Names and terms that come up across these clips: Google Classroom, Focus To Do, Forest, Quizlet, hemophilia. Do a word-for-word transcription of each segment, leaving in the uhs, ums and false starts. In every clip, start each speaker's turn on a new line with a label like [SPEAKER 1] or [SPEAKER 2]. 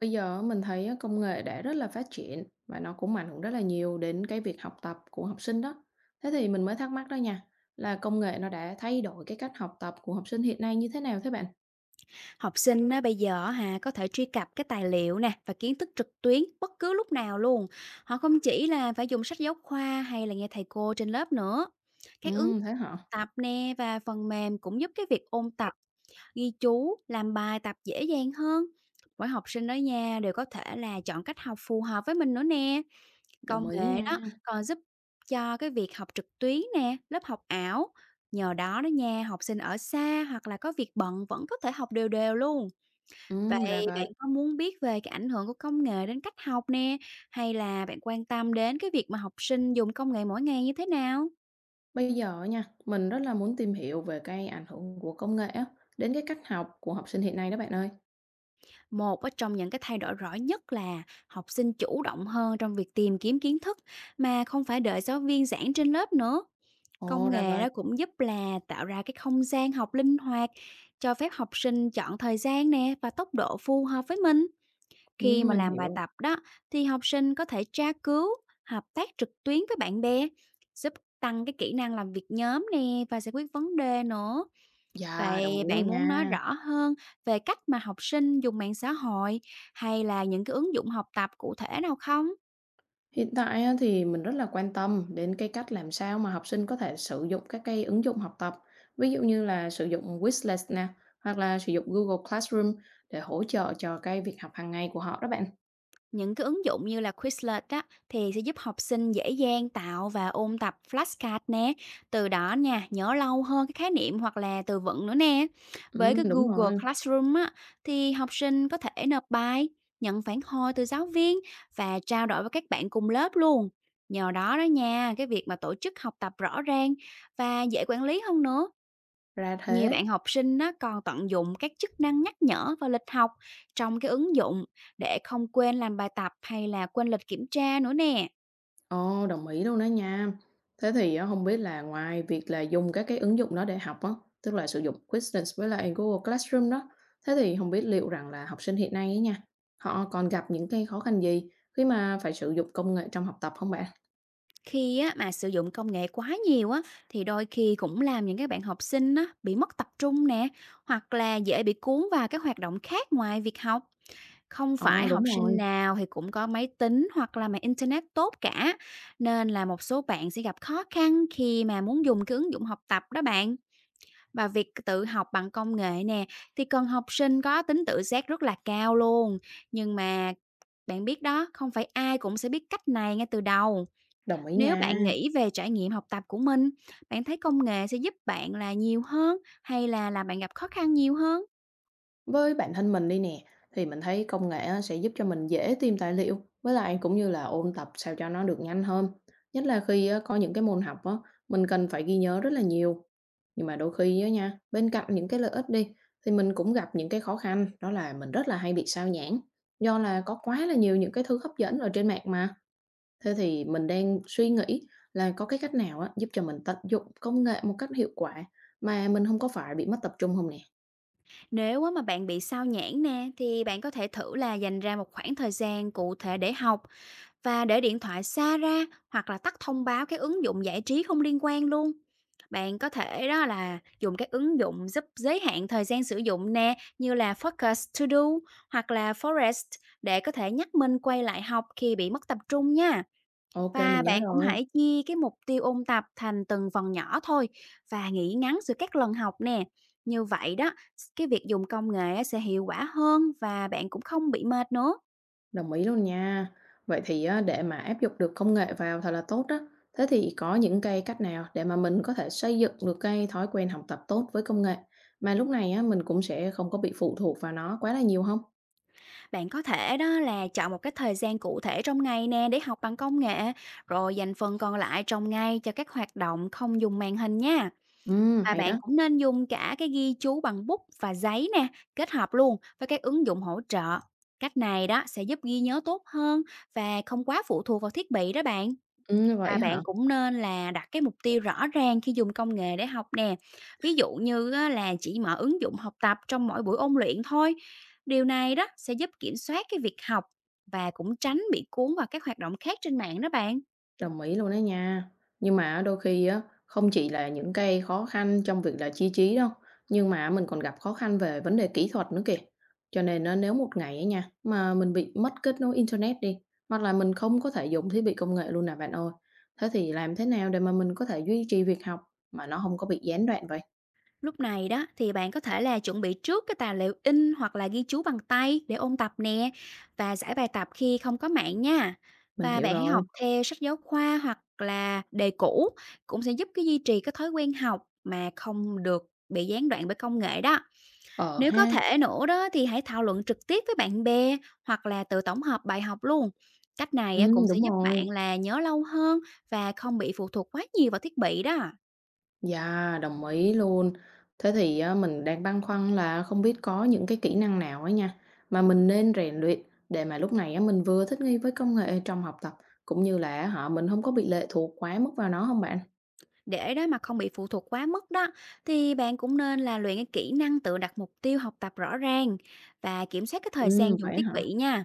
[SPEAKER 1] Bây giờ á, mình thấy á, công nghệ đã rất là phát triển và nó cũng ảnh hưởng rất là nhiều đến cái việc học tập của học sinh đó. Thế thì mình mới thắc mắc đó nha, là công nghệ nó đã thay đổi cái cách học tập của học sinh hiện nay như thế nào thế bạn?
[SPEAKER 2] Học sinh á, bây giờ hà có thể truy cập cái tài liệu nè và kiến thức trực tuyến bất cứ lúc nào luôn. Họ không chỉ là phải dùng sách giáo khoa hay là nghe thầy cô trên lớp nữa. Các ứng dụng
[SPEAKER 1] Ừ, thế hả?
[SPEAKER 2] học tập nè và phần mềm cũng giúp cái việc ôn tập, ghi chú, làm bài tập dễ dàng hơn. Mỗi học sinh ở nhà đều có thể là chọn cách học phù hợp với mình nữa nè. Công
[SPEAKER 1] Đồng ý
[SPEAKER 2] nghệ
[SPEAKER 1] nha.
[SPEAKER 2] đó còn giúp cho cái việc học trực tuyến nè, lớp học ảo. Nhờ đó đó nha, học sinh ở xa hoặc là có việc bận vẫn có thể học đều đều luôn.
[SPEAKER 1] Ừ, ra
[SPEAKER 2] Vậy bạn
[SPEAKER 1] vậy.
[SPEAKER 2] có muốn biết về cái ảnh hưởng của công nghệ đến cách học nè, hay là bạn quan tâm đến cái việc mà học sinh dùng công nghệ mỗi ngày như thế nào?
[SPEAKER 1] Bây giờ nha, mình rất là muốn tìm hiểu về cái ảnh hưởng của công nghệ á, đến cái cách học của học sinh hiện nay đó bạn ơi.
[SPEAKER 2] Một ở trong những cái thay đổi rõ nhất là học sinh chủ động hơn trong việc tìm kiếm kiến thức mà không phải đợi giáo viên giảng trên lớp nữa.
[SPEAKER 1] Ồ,
[SPEAKER 2] Công
[SPEAKER 1] ra
[SPEAKER 2] nghệ
[SPEAKER 1] vậy.
[SPEAKER 2] đó cũng giúp là tạo ra cái không gian học linh hoạt, cho phép học sinh chọn thời gian nè và tốc độ phù hợp với mình.
[SPEAKER 1] Ừ,
[SPEAKER 2] Khi mà
[SPEAKER 1] mình
[SPEAKER 2] làm bài
[SPEAKER 1] hiểu.
[SPEAKER 2] tập đó thì học sinh có thể tra cứu, hợp tác trực tuyến với bạn bè, giúp tăng cái kỹ năng làm việc nhóm nè và giải quyết vấn đề nữa.
[SPEAKER 1] Dạ, đồng
[SPEAKER 2] Vậy
[SPEAKER 1] ý
[SPEAKER 2] bạn
[SPEAKER 1] luôn
[SPEAKER 2] muốn nói
[SPEAKER 1] nha.
[SPEAKER 2] rõ hơn về cách mà học sinh dùng mạng xã hội hay là những cái ứng dụng học tập cụ thể nào không?
[SPEAKER 1] Hiện tại á, thì mình rất là quan tâm đến cái cách làm sao mà học sinh có thể sử dụng các cái ứng dụng học tập, ví dụ như là sử dụng Quizlet nè, hoặc là sử dụng Google Classroom để hỗ trợ cho cái việc học hàng ngày của họ đó bạn.
[SPEAKER 2] Những cái ứng dụng như là Quizlet á, thì sẽ giúp học sinh dễ dàng tạo và ôn tập flashcard nè. Từ đó nha, nhớ lâu hơn cái khái niệm hoặc là từ vựng nữa nè. Với
[SPEAKER 1] Ừm,
[SPEAKER 2] cái
[SPEAKER 1] đúng
[SPEAKER 2] Google
[SPEAKER 1] rồi,
[SPEAKER 2] Classroom á, thì học sinh có thể nộp bài, nhận phản hồi từ giáo viên và trao đổi với các bạn cùng lớp luôn. Nhờ đó đó nha, cái việc mà tổ chức học tập rõ ràng và dễ quản lý hơn nữa.
[SPEAKER 1] ra
[SPEAKER 2] Nhiều
[SPEAKER 1] thế.
[SPEAKER 2] bạn học sinh á, còn tận dụng các chức năng nhắc nhở và lịch học trong cái ứng dụng để không quên làm bài tập hay là quên lịch kiểm tra nữa nè.
[SPEAKER 1] Ồ, đồng ý luôn đó nha. Thế thì á, không biết là ngoài việc là dùng các cái ứng dụng đó để học á, tức là sử dụng Quizlet với lại Google Classroom đó, thế thì không biết liệu rằng là học sinh hiện nay ấy nha, họ còn gặp những cái khó khăn gì khi mà phải sử dụng công nghệ trong học tập không bạn?
[SPEAKER 2] Khi á, mà sử dụng công nghệ quá nhiều á, thì đôi khi cũng làm những các bạn học sinh á, bị mất tập trung nè hoặc là dễ bị cuốn vào các hoạt động khác ngoài việc học. Không
[SPEAKER 1] Ờ,
[SPEAKER 2] phải học
[SPEAKER 1] đúng
[SPEAKER 2] sinh
[SPEAKER 1] rồi,
[SPEAKER 2] nào thì cũng có máy tính hoặc là mạng internet tốt cả, nên là một số bạn sẽ gặp khó khăn khi mà muốn dùng cái ứng dụng học tập đó bạn. Và việc tự học bằng công nghệ nè, thì cần học sinh có tính tự giác rất là cao luôn. Nhưng mà bạn biết đó, không phải ai cũng sẽ biết cách này ngay từ đầu.
[SPEAKER 1] đồng ý
[SPEAKER 2] Nếu
[SPEAKER 1] nha.
[SPEAKER 2] bạn nghĩ về trải nghiệm học tập của mình, bạn thấy công nghệ sẽ giúp bạn là nhiều hơn hay là là bạn gặp khó khăn nhiều hơn?
[SPEAKER 1] Với bản thân mình đi nè, thì mình thấy công nghệ á sẽ giúp cho mình dễ tìm tài liệu, với lại cũng như là ôn tập sao cho nó được nhanh hơn. Nhất là khi á, có những cái môn học á, mình cần phải ghi nhớ rất là nhiều. Nhưng mà đôi khi á nha, bên cạnh những cái lợi ích đi, thì mình cũng gặp những cái khó khăn, đó là mình rất là hay bị sao nhãng, do là có quá là nhiều những cái thứ hấp dẫn ở trên mạng mà. Thế thì mình đang suy nghĩ là có cái cách nào á, giúp cho mình tận dụng công nghệ một cách hiệu quả mà mình không có phải bị mất tập trung không nè?
[SPEAKER 2] Nếu á mà bạn bị sao nhãng nè thì bạn có thể thử là dành ra một khoảng thời gian cụ thể để học và để điện thoại xa ra hoặc là tắt thông báo các ứng dụng giải trí không liên quan luôn. Bạn có thể đó là dùng các ứng dụng giúp giới hạn thời gian sử dụng nè như là Focus To Do hoặc là Forest để có thể nhắc mình quay lại học khi bị mất tập trung nha.
[SPEAKER 1] OK, mình
[SPEAKER 2] Và
[SPEAKER 1] nhớ
[SPEAKER 2] bạn cũng
[SPEAKER 1] rồi,
[SPEAKER 2] hãy chia cái mục tiêu ôn tập thành từng phần nhỏ thôi và nghỉ ngắn giữa các lần học nè. Như vậy đó, cái việc dùng công nghệ á sẽ hiệu quả hơn và bạn cũng không bị mệt nữa.
[SPEAKER 1] đồng ý luôn nha. Vậy thì á, để mà áp dụng được công nghệ vào thật là tốt đó, thế thì có những cái cách nào để mà mình có thể xây dựng được cái thói quen học tập tốt với công nghệ, mà lúc này á, mình cũng sẽ không có bị phụ thuộc vào nó quá là nhiều không?
[SPEAKER 2] Bạn có thể đó là chọn một cái thời gian cụ thể trong ngày nè để học bằng công nghệ, rồi dành phần còn lại trong ngày cho các hoạt động không dùng màn hình nha.
[SPEAKER 1] Ừm,
[SPEAKER 2] Và
[SPEAKER 1] hay
[SPEAKER 2] bạn
[SPEAKER 1] đó.
[SPEAKER 2] cũng nên dùng cả cái ghi chú bằng bút và giấy nè, kết hợp luôn với các ứng dụng hỗ trợ. Cách này đó sẽ giúp ghi nhớ tốt hơn và không quá phụ thuộc vào thiết bị đó bạn.
[SPEAKER 1] Ừm, vậy
[SPEAKER 2] À, bạn
[SPEAKER 1] hả?
[SPEAKER 2] cũng nên là đặt cái mục tiêu rõ ràng khi dùng công nghệ để học nè. Ví dụ như á, là chỉ mở ứng dụng học tập trong mỗi buổi ôn luyện thôi. Điều này đó sẽ giúp kiểm soát cái việc học và cũng tránh bị cuốn vào các hoạt động khác trên mạng đó bạn.
[SPEAKER 1] Đồng ý luôn đó nha. Nhưng mà á, đôi khi á, không chỉ là những cái khó khăn trong việc là chi trí đâu, nhưng mà mình còn gặp khó khăn về vấn đề kỹ thuật nữa kìa. Cho nên á, nếu một ngày ấy nha, mà mình bị mất kết nối internet đi, hoặc là mình không có thể dùng thiết bị công nghệ luôn nè bạn ơi. Thế thì làm thế nào để mà mình có thể duy trì việc học mà nó không có bị gián đoạn vậy?
[SPEAKER 2] Lúc này đó thì bạn có thể là chuẩn bị trước cái tài liệu in hoặc là ghi chú bằng tay để ôn tập nè và giải bài tập khi không có mạng nha.
[SPEAKER 1] Mình
[SPEAKER 2] Và
[SPEAKER 1] hiểu
[SPEAKER 2] bạn hãy
[SPEAKER 1] rồi.
[SPEAKER 2] học theo sách giáo khoa hoặc là đề cũ cũng sẽ giúp cái duy trì cái thói quen học mà không được bị gián đoạn bởi công nghệ đó.
[SPEAKER 1] Ờ
[SPEAKER 2] Nếu có
[SPEAKER 1] ha.
[SPEAKER 2] thể nữa đó thì hãy thảo luận trực tiếp với bạn bè hoặc là tự tổng hợp bài học luôn. Cách này á,
[SPEAKER 1] Ừ,
[SPEAKER 2] cũng sẽ
[SPEAKER 1] đúng
[SPEAKER 2] giúp
[SPEAKER 1] rồi.
[SPEAKER 2] bạn là nhớ lâu hơn và không bị phụ thuộc quá nhiều vào thiết bị đó.
[SPEAKER 1] Dạ, đồng ý luôn. Thế thì á, mình đang băn khoăn là không biết có những cái kỹ năng nào ấy nha mà mình nên rèn luyện để mà lúc này á, mình vừa thích nghi với công nghệ trong học tập cũng như là họ mình không có bị lệ thuộc quá mức vào nó không bạn?
[SPEAKER 2] Để đó mà không bị phụ thuộc quá mức đó thì bạn cũng nên là luyện cái kỹ năng tự đặt mục tiêu học tập rõ ràng và kiểm soát cái thời
[SPEAKER 1] Ừ,
[SPEAKER 2] gian dùng
[SPEAKER 1] vậy
[SPEAKER 2] thiết
[SPEAKER 1] hả?
[SPEAKER 2] bị nha.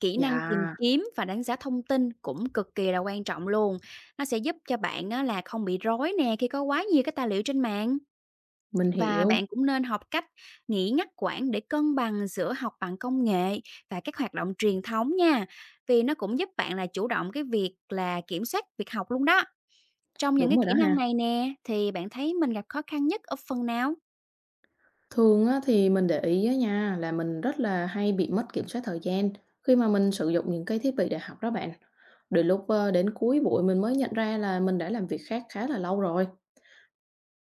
[SPEAKER 2] Kỹ năng
[SPEAKER 1] Dạ,
[SPEAKER 2] tìm kiếm và đánh giá thông tin cũng cực kỳ là quan trọng luôn. Nó sẽ giúp cho bạn á, là không bị rối nè khi có quá nhiều cái tài liệu trên mạng.
[SPEAKER 1] mình
[SPEAKER 2] Và
[SPEAKER 1] hiểu.
[SPEAKER 2] bạn cũng nên học cách nghĩ ngắt quãng để cân bằng giữa học bằng công nghệ và các hoạt động truyền thống nha. Vì nó cũng giúp bạn là chủ động cái việc là kiểm soát việc học luôn đó. Trong những
[SPEAKER 1] Đúng
[SPEAKER 2] cái
[SPEAKER 1] rồi đó
[SPEAKER 2] kỹ năng
[SPEAKER 1] ha.
[SPEAKER 2] này nè, thì bạn thấy mình gặp khó khăn nhất ở phần nào?
[SPEAKER 1] Thường á, thì mình để ý á, nha là mình rất là hay bị mất kiểm soát thời gian khi mà mình sử dụng những cái thiết bị để học đó bạn. Đôi lúc ờ, đến cuối buổi mình mới nhận ra là mình đã làm việc khác khá là lâu rồi.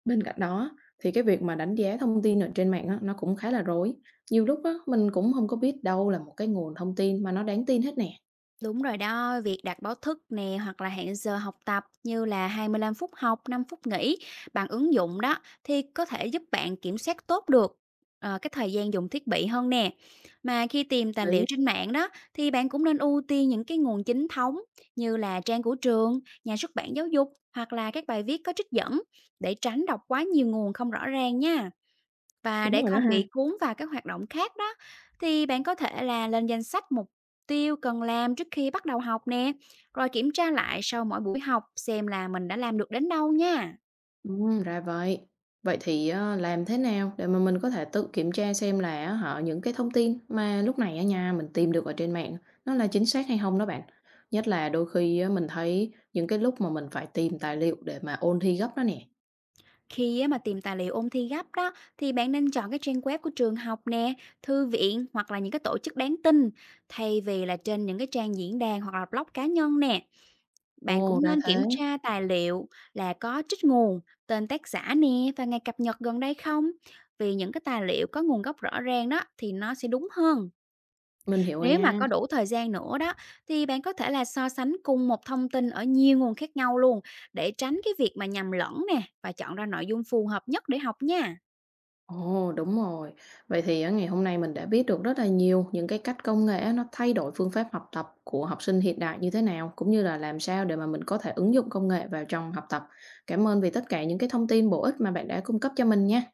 [SPEAKER 1] Bên cạnh đó thì cái việc mà đánh giá thông tin ở trên mạng á, nó cũng khá là rối. Nhiều lúc á, mình cũng không có biết đâu là một cái nguồn thông tin mà nó đáng tin hết nè.
[SPEAKER 2] Đúng rồi đó, việc đặt báo thức nè hoặc là hẹn giờ học tập như là hai mươi lăm phút học, năm phút nghỉ bằng ứng dụng đó thì có thể giúp bạn kiểm soát tốt được ờ, cái thời gian dùng thiết bị hơn nè. Mà khi tìm tài
[SPEAKER 1] Lý.
[SPEAKER 2] liệu trên mạng đó thì bạn cũng nên ưu tiên những cái nguồn chính thống như là trang của trường, nhà xuất bản giáo dục hoặc là các bài viết có trích dẫn để tránh đọc quá nhiều nguồn không rõ ràng nha. Và
[SPEAKER 1] Đúng
[SPEAKER 2] để
[SPEAKER 1] rồi đó
[SPEAKER 2] không
[SPEAKER 1] ha.
[SPEAKER 2] bị cuốn vào các hoạt động khác đó, thì bạn có thể là lên danh sách mục tiêu cần làm trước khi bắt đầu học nè, rồi kiểm tra lại sau mỗi buổi học xem là mình đã làm được đến đâu nha.
[SPEAKER 1] Ừm, ra vậy. Vậy thì ờ, làm thế nào để mà mình có thể tự kiểm tra xem là á, họ những cái thông tin mà lúc này ở nhà mình tìm được ở trên mạng nó là chính xác hay không đó bạn? Nhất là đôi khi á, mình thấy những cái lúc mà mình phải tìm tài liệu để mà ôn thi gấp đó nè.
[SPEAKER 2] Khi á mà tìm tài liệu ôn thi gấp đó, thì bạn nên chọn cái trang web của trường học nè, thư viện hoặc là những cái tổ chức đáng tin, thay vì là trên những cái trang diễn đàn hoặc là blog cá nhân nè. Bạn
[SPEAKER 1] Ồ,
[SPEAKER 2] cũng
[SPEAKER 1] ra
[SPEAKER 2] nên kiểm
[SPEAKER 1] thế.
[SPEAKER 2] tra tài liệu là có trích nguồn, tên tác giả nè và ngày cập nhật gần đây không. Vì những cái tài liệu có nguồn gốc rõ ràng đó thì nó sẽ đúng hơn.
[SPEAKER 1] Mình hiểu rồi
[SPEAKER 2] Nếu mà
[SPEAKER 1] nha.
[SPEAKER 2] có đủ thời gian nữa đó thì bạn có thể là so sánh cùng một thông tin ở nhiều nguồn khác nhau luôn để tránh cái việc mà nhầm lẫn nè và chọn ra nội dung phù hợp nhất để học nha.
[SPEAKER 1] Ồ, đúng rồi. Vậy thì á, ngày hôm nay mình đã biết được rất là nhiều những cái cách công nghệ á, nó thay đổi phương pháp học tập của học sinh hiện đại như thế nào, cũng như là làm sao để mà mình có thể ứng dụng công nghệ vào trong học tập. Cảm ơn vì tất cả những cái thông tin bổ ích mà bạn đã cung cấp cho mình nha.